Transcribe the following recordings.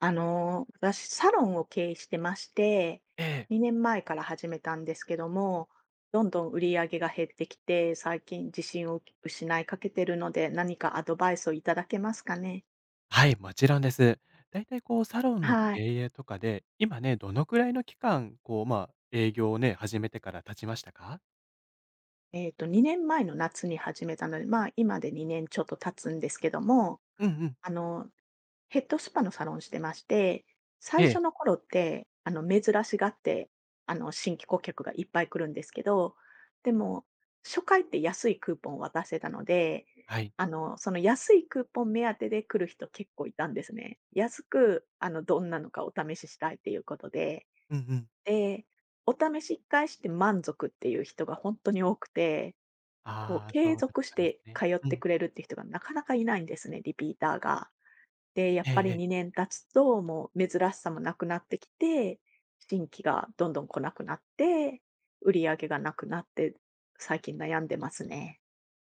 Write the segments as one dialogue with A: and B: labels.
A: 私、サロンを経営してまして、
B: ええ。
A: 2年前から始めたんですけども、どんどん売り上げが減ってきて、最近自信を失いかけてるので、何かアドバイスをいただけますかね。
B: はい、もちろんです。だいたいこうサロンの
A: は
B: 経
A: い。
B: 営とかで、今ね、どのくらいの期間、こう、まあ、営業をね、始めてから経ちましたか？
A: 2年前の夏に始めたので、まあ、今で2年ちょっと経つんですけども、
B: うんうん。
A: あの、ヘッドスパのサロンしてまして、
B: え
A: 最初
B: え、
A: の頃って、珍しがって、新規顧客がいっぱい来るんですけど、でも、初回って安いクーポンを渡してたので、
B: はい。
A: その安いクーポン目当てで来る人結構いたんですね。安く、どんなのかお試ししたいっていうことで。
B: うんうん。
A: で、お試し一回して満足っていう人が本当に多くて、こう
B: ああ、
A: 継
B: そうだっ
A: 続し
B: たんです
A: て
B: ね。
A: 通っ
B: う
A: て
B: ん。
A: くれるって人がなかなかいないんですね、リピーターが。で、やっ
B: え
A: ぱ
B: ええ
A: り
B: え。
A: 2年経つと、もう珍しさもなくなってきて、新規がどんどん来なくなって、売り上げがなくなって、最近悩んでますね。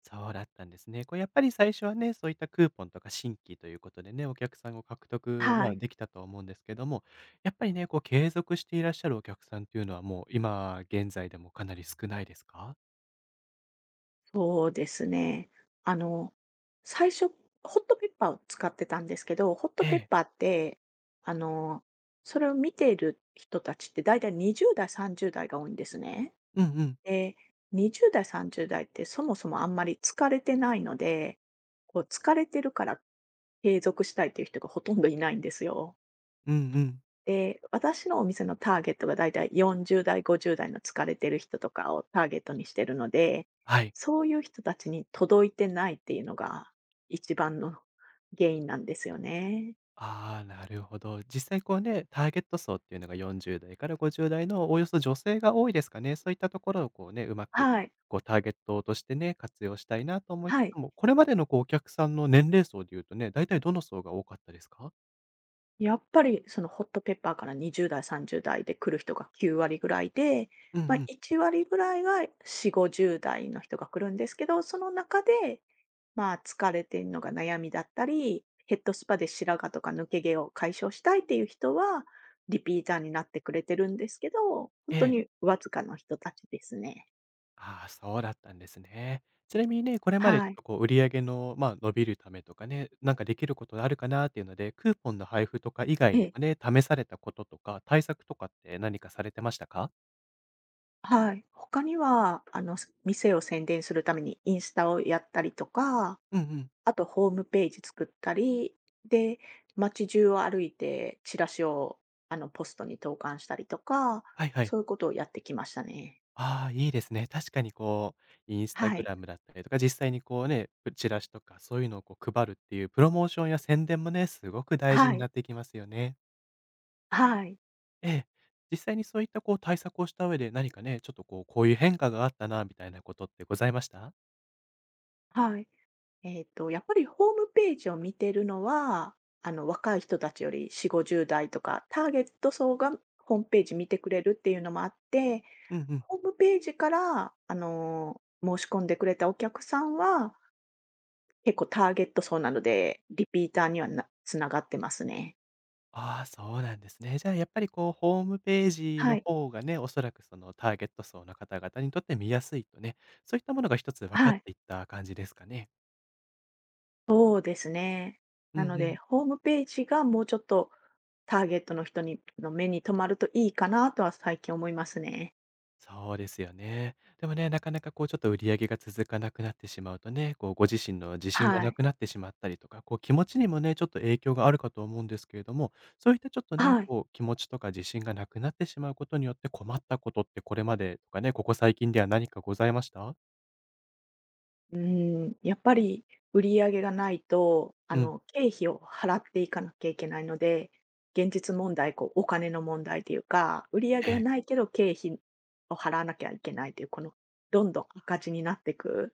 B: そうだったんですね。こうやっぱり最初はね、そういったクーポンとか新規ということでね、お客さんを獲得、ま
A: は
B: あ、
A: い。
B: できたと思うんですけども、やっぱりね、こう継続していらっしゃるお客さんっていうのは、もう今現在でもかなり少ないですか？
A: そうですね。あの、最初、ホットペッパーを使ってたんですけど、ホット
B: え
A: ペッ
B: え。
A: パーって、あの、それを見ている人たちって大体20代、30代が多いんですね。
B: うんうん。
A: で、20代、30代ってそもそもあんまり疲れてないので、こう疲れてるから継続したいっていう人がほとんどいないんですよ。
B: うんうん。
A: で、私のお店のターゲットがだいたい40代、50代の疲れてる人とかをターゲットにしてるので、
B: はい。
A: そういう人たちに届いてないっていうのが一番の原因なんですよね。
B: ああ、なるほど。実際こうね、ターゲット層っていうのが40代から50代のおおよそ女性が多いですかね。そういったところをこうね、うまく
A: はい。
B: こうターゲットとしてね、活用したいなと思いつ
A: はい。
B: つも、これまでのこうお客さんの年齢層で言うとね、だいたいどの層が多かったですか？
A: やっぱりそのホットペッパーから20代、30代で来る人が9割ぐらいで、
B: うんう
A: まあ、
B: ん。
A: 1割ぐらいが4、50代の人が来るんですけど、その中でまあ、疲れてるのが悩みだったり、ヘッドスパで白髪とか抜け毛を解消したいっていう人は、リピーターになってくれてるんですけど、本
B: え
A: 当
B: え。
A: にわずかの人たちですね。
B: ああ、そうだったんですね。ちなみにね、これまでち
A: は
B: ょっ
A: い。
B: とこう売り上げの、まあ、伸びるためとかね、なんかできることあるかなっていうので、クーポンの配布とか以
A: え
B: 外に
A: え、
B: もね、試されたこととか、対策とかって何かされてましたか？
A: はい。他には、店を宣伝するためにインスタをやったりとか、
B: うんうん。
A: あとホームページ作ったり、で、街中を歩いてチラシを、ポストに投函したりとか、
B: はいはい。
A: そういうことをやってきましたね。
B: ああ、いいですね。確かにこう、インスタ
A: は
B: グ
A: い。
B: ラムだったりとか、実際にこうね、チラシとかそういうのをこう配るっていうプロモーションや宣伝もね、すごく大事
A: は
B: に
A: い。
B: なってきますよね。
A: はい。
B: ええ。実際にそういったこう対策をした上で、何かね、ちょっとこう、こういう変化があったなみたいなことってございました？
A: はい。やっぱりホームページを見てるのは、若い人たちより4、50代とか、ターゲット層がホームページ見てくれるっていうのもあって、
B: うんうん。
A: ホームページから、申し込んでくれたお客さんは、結構ターゲット層なので、リピーターにはなつながってますね。
B: ああ、そうなんですね。じゃあやっぱりこう、ホームページ
A: は
B: の
A: い。
B: 方がね、おそらくそのターゲット層の方々にとって見やすいとね、そういったものが一つ分かっ
A: はい。
B: ていった感じですかね？
A: そうですね。
B: うん
A: なの
B: う
A: で、
B: ん。
A: ホームページがもうちょっとターゲットの人にの目に留まるといいかなとは最近思いますね。
B: そうですよね。でもね、なかなかこうちょっと売り上げが続かなくなってしまうとね、こうご自身の自信が
A: は
B: な
A: い。
B: くなってしまったりとか、こう気持ちにもね、ちょっと影響があるかと思うんですけれども、そういったちょっとね、
A: はい。
B: こう気持ちとか自信がなくなってしまうことによって困ったことってこれまでとかね、ここ最近では何かございました。
A: うん、やっぱり売り上げがないと、
B: うん。
A: 経費を払っていかなきゃいけないので、現実問題、こう、お金の問題というか、売り上
B: え
A: げが
B: え。
A: ないけど経費を払わなきゃいけないという、この、どんどん赤字になっていく、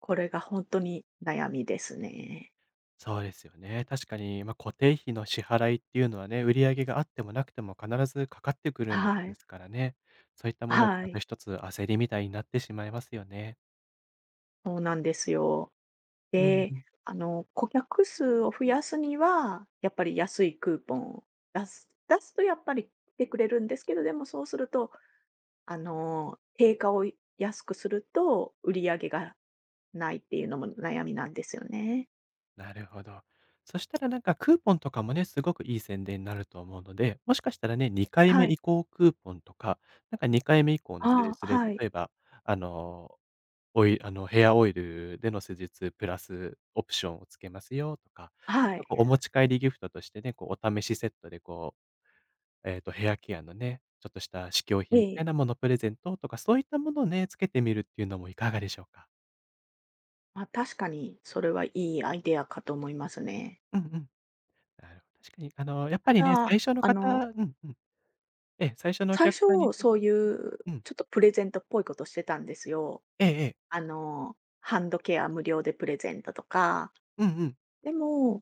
A: これが本当に悩みですね。
B: そうですよね。確かに、まあ、固定費の支払いっていうのはね、売り上げがあってもなくても必ずかかってくるもの
A: は
B: で
A: い。
B: すからね。そういったものが
A: は
B: また
A: い。
B: 一つ焦りみたいになってしまいますよね。
A: そうなんですよ。
B: うん。
A: で、顧客数を増やすには、やっぱり安いクーポンを出すとやっぱり来てくれるんですけど、でもそうするとあの、定価を安くすると、売り上げがないっていうのも悩みなんですよね。
B: なるほど。そしたらなんかクーポンとかもね、すごくいい宣伝になると思うので、もしかしたらね、2回目
A: はい。
B: 以降クーポンとか、なんか2回目以降の施
A: ああ、
B: 術で、
A: はい。
B: 例えば、あの、あの、ヘアオイルでの施術プラスオプションをつけますよとか、
A: は
B: なんか
A: い。
B: こうお持ち帰りギフトとしてね、こうお試しセットでこう、ヘアケアのね、ちょっとした試供
A: え
B: 品みたい
A: え。
B: なものプレゼントとか、そういったものをね、つけてみるっていうのもいかがでしょうか？
A: まあ、確かにそれはいいアイデアかと思いますね。
B: うんうん。なるほど。確かにあの、やっぱり
A: た
B: ね、
A: だ、
B: 最初の方うんうん。ええ、最初のお
A: 最
B: 客
A: 初
B: さんに対し
A: そ
B: て
A: ういう
B: うん。
A: ちょっとプレゼントっぽいことしてたんですよ。
B: ええええ。
A: ハンドケア無料でプレゼントとか。
B: うんうん。
A: でも、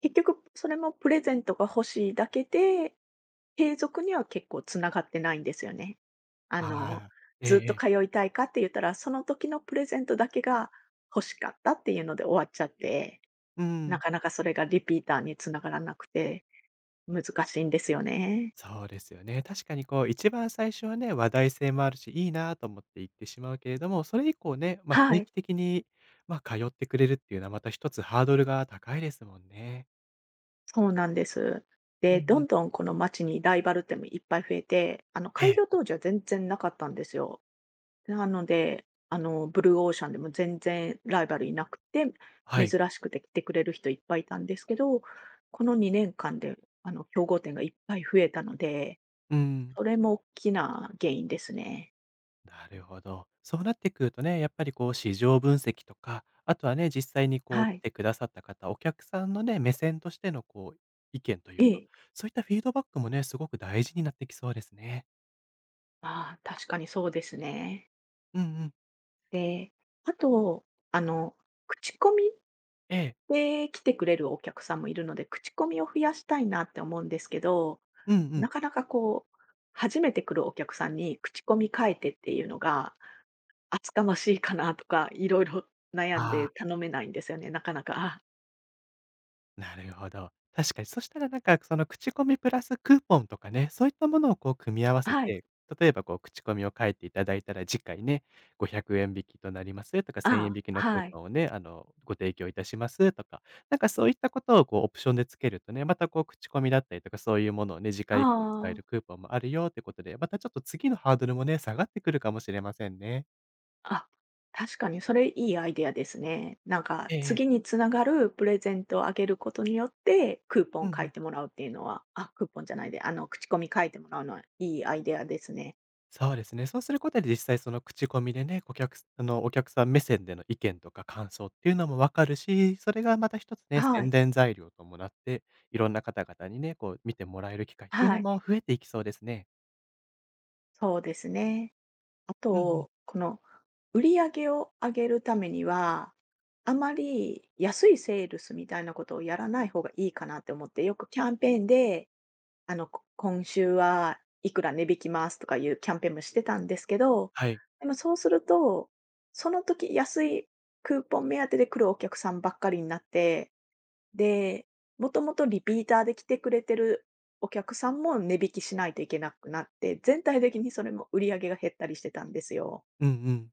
A: 結局それもプレゼントが欲しいだけで継続には結構つながってないんですよね。あの、
B: ああ、ええ
A: ずっ
B: え
A: と
B: え。
A: 通いたいかって言ったら、その時のプレゼントだけが欲しかったっていうので終わっちゃって、
B: う
A: な
B: ん。
A: かなかそれがリピーターに繋がらなくて、難しいんですよね。
B: そうですよね。確かにこう一番最初はね、話題性もあるし、いいなと思って行ってしまうけれども、それ以降ね、ま、
A: は
B: 定
A: い、
B: 期的に、ま、通ってくれるっていうのはまた一つハードルが高いですもんね。
A: そうなんです。
B: う
A: で、
B: ん
A: ど
B: うん。
A: んどんこの街にライバル店もいっぱい増えて、
B: え
A: 開
B: え、
A: 業当時は全然なかったんですよ。なので、ブルーオーシャンでも全然ライバルいなくて、
B: は
A: 珍
B: い。
A: しくて来てくれる人いっぱいいたんですけど、この2年間で、競合店がいっぱい増えたので、
B: うんうん。
A: それも大きな原因ですね。
B: なるほど。そうなってくるとね、やっぱりこう市場分析とか、あとはね、実際にこう
A: は
B: 来
A: い。
B: てくださった方、お客さんのね、目線としてのこう意見とい
A: え
B: うか、
A: え。
B: そういったフィードバックもね、すごく大事になってきそうですね。
A: ああ、確かにそうですね。
B: うんうん。
A: で、あと、あの、口コミ
B: ええ。
A: で来てくれるお客さんもいるので、口コミを増やしたいなって思うんですけど、
B: うんう
A: な
B: ん。
A: かなかこう、初めて来るお客さんに口コミ書いてっていうのが厚かましいかなとか、いろいろ悩んで
B: ああ。
A: 頼めないんですよね、なかなか。あ、
B: なるほど。確かに。そしたらなんか、その口コミプラスクーポンとかね、そういったものをこう組み合わせ
A: はい。
B: て、例えばこう口コミを書いていただいたら、次回ね、500円引きとなりますとか、
A: あ
B: 1000円
A: あ、
B: 引きのクー
A: はい。
B: ポンをね、あの、ご提供いたしますとか、なんかそういったことをこうオプションでつけるとね、またこう口コミだったりとか、そういうものをね、次回以降に使え
A: ああ、
B: るクーポンもあるよってことで、またちょっと次のハードルもね、下がってくるかもしれませんね。
A: あ、確かにそれいいアイデアですね。なんか、
B: ええ。
A: 次に繋がるプレゼントをあげることによって、クーポ
B: うん
A: ン
B: う
A: 書い
B: ん。
A: てもらうっていうのはあ、クーポンじゃないで、あの、口コミ書いてもらうのはいいアイデアですね。
B: そうですね。そうすることで実際その口コミでね、顧客すあの、お客さん目線での意見とか感想っていうのもわかるし、それがまた一つね、
A: は
B: 宣
A: い、
B: 伝材料ともなって、いろんな方々にね、こう見てもらえる機会っていう
A: は
B: のも
A: い、
B: 増えていきそうですね。
A: そうですね。あ
B: うんうん。
A: と、この売り上げを上げるためには、あまり安いセールスみたいなことをやらない方がいいかなって思って、よくキャンペーンで、今週はいくら値引きますとかいうキャンペーンもしてたんですけど、
B: はい。
A: でもそうすると、その時安いクーポン目当てで来るお客さんばっかりになって、で、もともとリピーターで来てくれてるお客さんも値引きしないといけなくなって、全体的にそれも売り上げが減ったりしてたんですよ。
B: うんうん。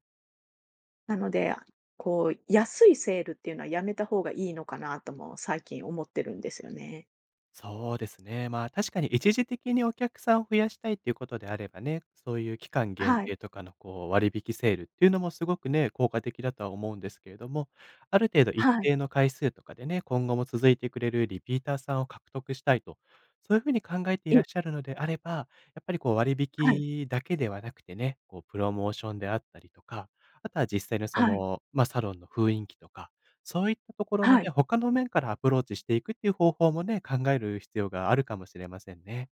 A: なので、こう、安いセールっていうのはやめた方がいいのかなとも最近思ってるんですよね。
B: そうですね。まあ、確かに一時的にお客さんを増やしたいっていうことであればね、そういう期間限
A: はい。
B: 定とかのこう割引セールっていうのもすごくね、効果的だとは思うんですけれども、ある程度一
A: はい。
B: 定の回数とかでね、今後も続いてくれるリピーターさんを獲得したいと、そういうふうに考えてい
A: い
B: らっしゃるのであれば、やっぱりこう割
A: はい。
B: 引だけではなくてね、こうプロモーションであったりとか、あとは実際のそ
A: はい。
B: の、まあ、サロンの雰囲気とか、そういったところの
A: は
B: ね、
A: い。
B: 他の面からアプローチしていくっていう方法もね、考える必要があるかもしれませんね。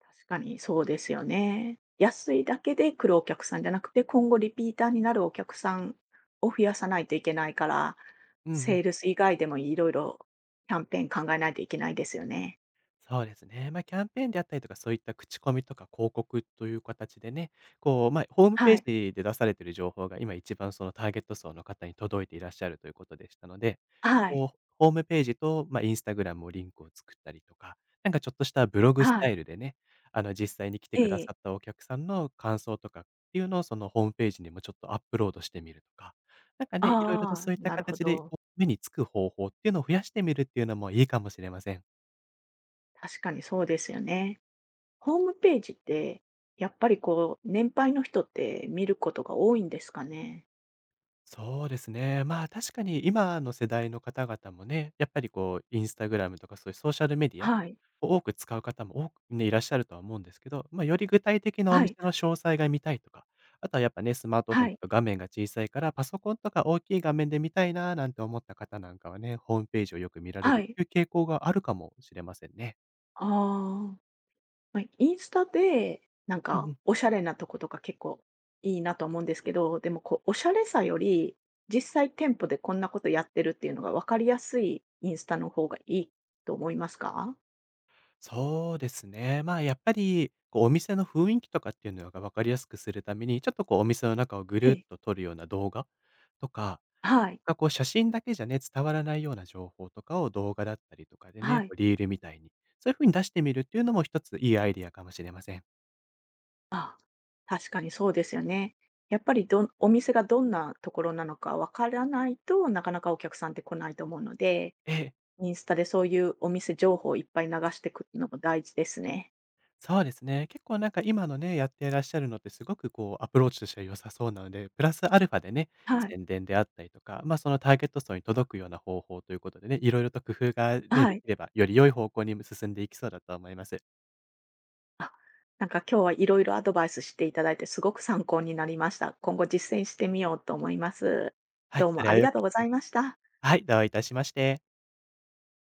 A: 確かにそうですよね。安いだけで来るお客さんじゃなくて、今後リピーターになるお客さんを増やさないといけないから、
B: うんう
A: セ
B: ん。
A: ールス以外でもいろいろキャンペーン考えないといけないですよね。
B: そうですね。まあ、キャンペーンであったりとか、そういった口コミとか広告という形でね、こう、まあ、ホームペ
A: は
B: ー
A: い。
B: ジで出されている情報が今一番そのターゲット層の方に届いていらっしゃるということでしたので、
A: はい。
B: こう、ホームページと、ま、インスタグラムをリンクを作ったりとか、なんかちょっとしたブログス
A: は
B: タ
A: い。
B: イルでね、あの、実際に来て
A: え
B: くだ
A: え。
B: さったお客さんの感想とかっていうのを、そのホームページにもちょっとアップロードしてみるとか、なんかね、いろいろと
A: ああ、
B: そういった
A: なるほ
B: 形で、
A: ど。
B: こう、目につく方法っていうのを増やしてみるっていうのもいいかもしれません。
A: 確かにそうですよね。ホームページって、やっぱりこう、年配の人って見ることが多いんですかね？
B: そうですね。まあ、確かに今の世代の方々もね、やっぱりこう、インスタグラムとかそういうソーシャルメディア
A: はい。
B: を多く使う方も多く、ね、いらっしゃるとは思うんですけど、まあ、より具体的なお
A: は
B: 店
A: い。
B: の詳細が見たいとか、あとはやっぱね、スマートフォ
A: は
B: ン
A: い。
B: だと画面が小さいから、パソコンとか大きい画面で見たいななんて思った方なんかはね、ホームページをよく見られ
A: は
B: る
A: い。
B: という傾向があるかもしれませんね。
A: ああ。まあ、インスタで、なん
B: うんう
A: か、
B: ん。
A: おしゃれなとことか結構いいなと思うんですけど、でもこう、おしゃれさより、実際店舗でこんなことやってるっていうのが分かりやすいインスタの方がいいと思いますか？
B: そうですね。まあ、やっぱり、こう、お店の雰囲気とかっていうのが分かりやすくするために、ちょっとこう、お店の中をぐ
A: え
B: るっ
A: え。
B: と撮るような動画とか、
A: はい。
B: なんかこう、写真だけじゃね、伝わらないような情報とかを動画だったりとかでね、
A: は
B: こ
A: い。
B: うリールみたいに、そういう風に出してみるっていうのも一ついいアイディアかもしれません。
A: あ、確かにそうですよね。やっぱりお店がどんなところなのかわからないとなかなかお客さんって来ないと思うので、
B: ええ。
A: インスタでそういうお店情報をいっぱい流していくのも大事ですね。
B: そうですね。結構なんか今のね、やっていらっしゃるのってすごくこうアプローチとしては良さそうなので、プラスアルファでね、
A: はい。
B: 宣伝であったりとか、ま、そのターゲット層に届くような方法ということでね、いろいろと工夫がね、
A: は
B: でき
A: い。
B: れば、より良い方向に進んでいきそうだと思います。
A: あ、なんか今日はいろいろアドバイスしていただいてすごく参考になりました。今後実践してみようと思います。
B: はい、
A: どう
B: そ
A: も
B: れ
A: あ
B: は
A: り
B: 良
A: が
B: か
A: とう
B: っ
A: ご
B: た
A: ざ
B: で
A: い
B: す。
A: ました。
B: はい、どういたしまして。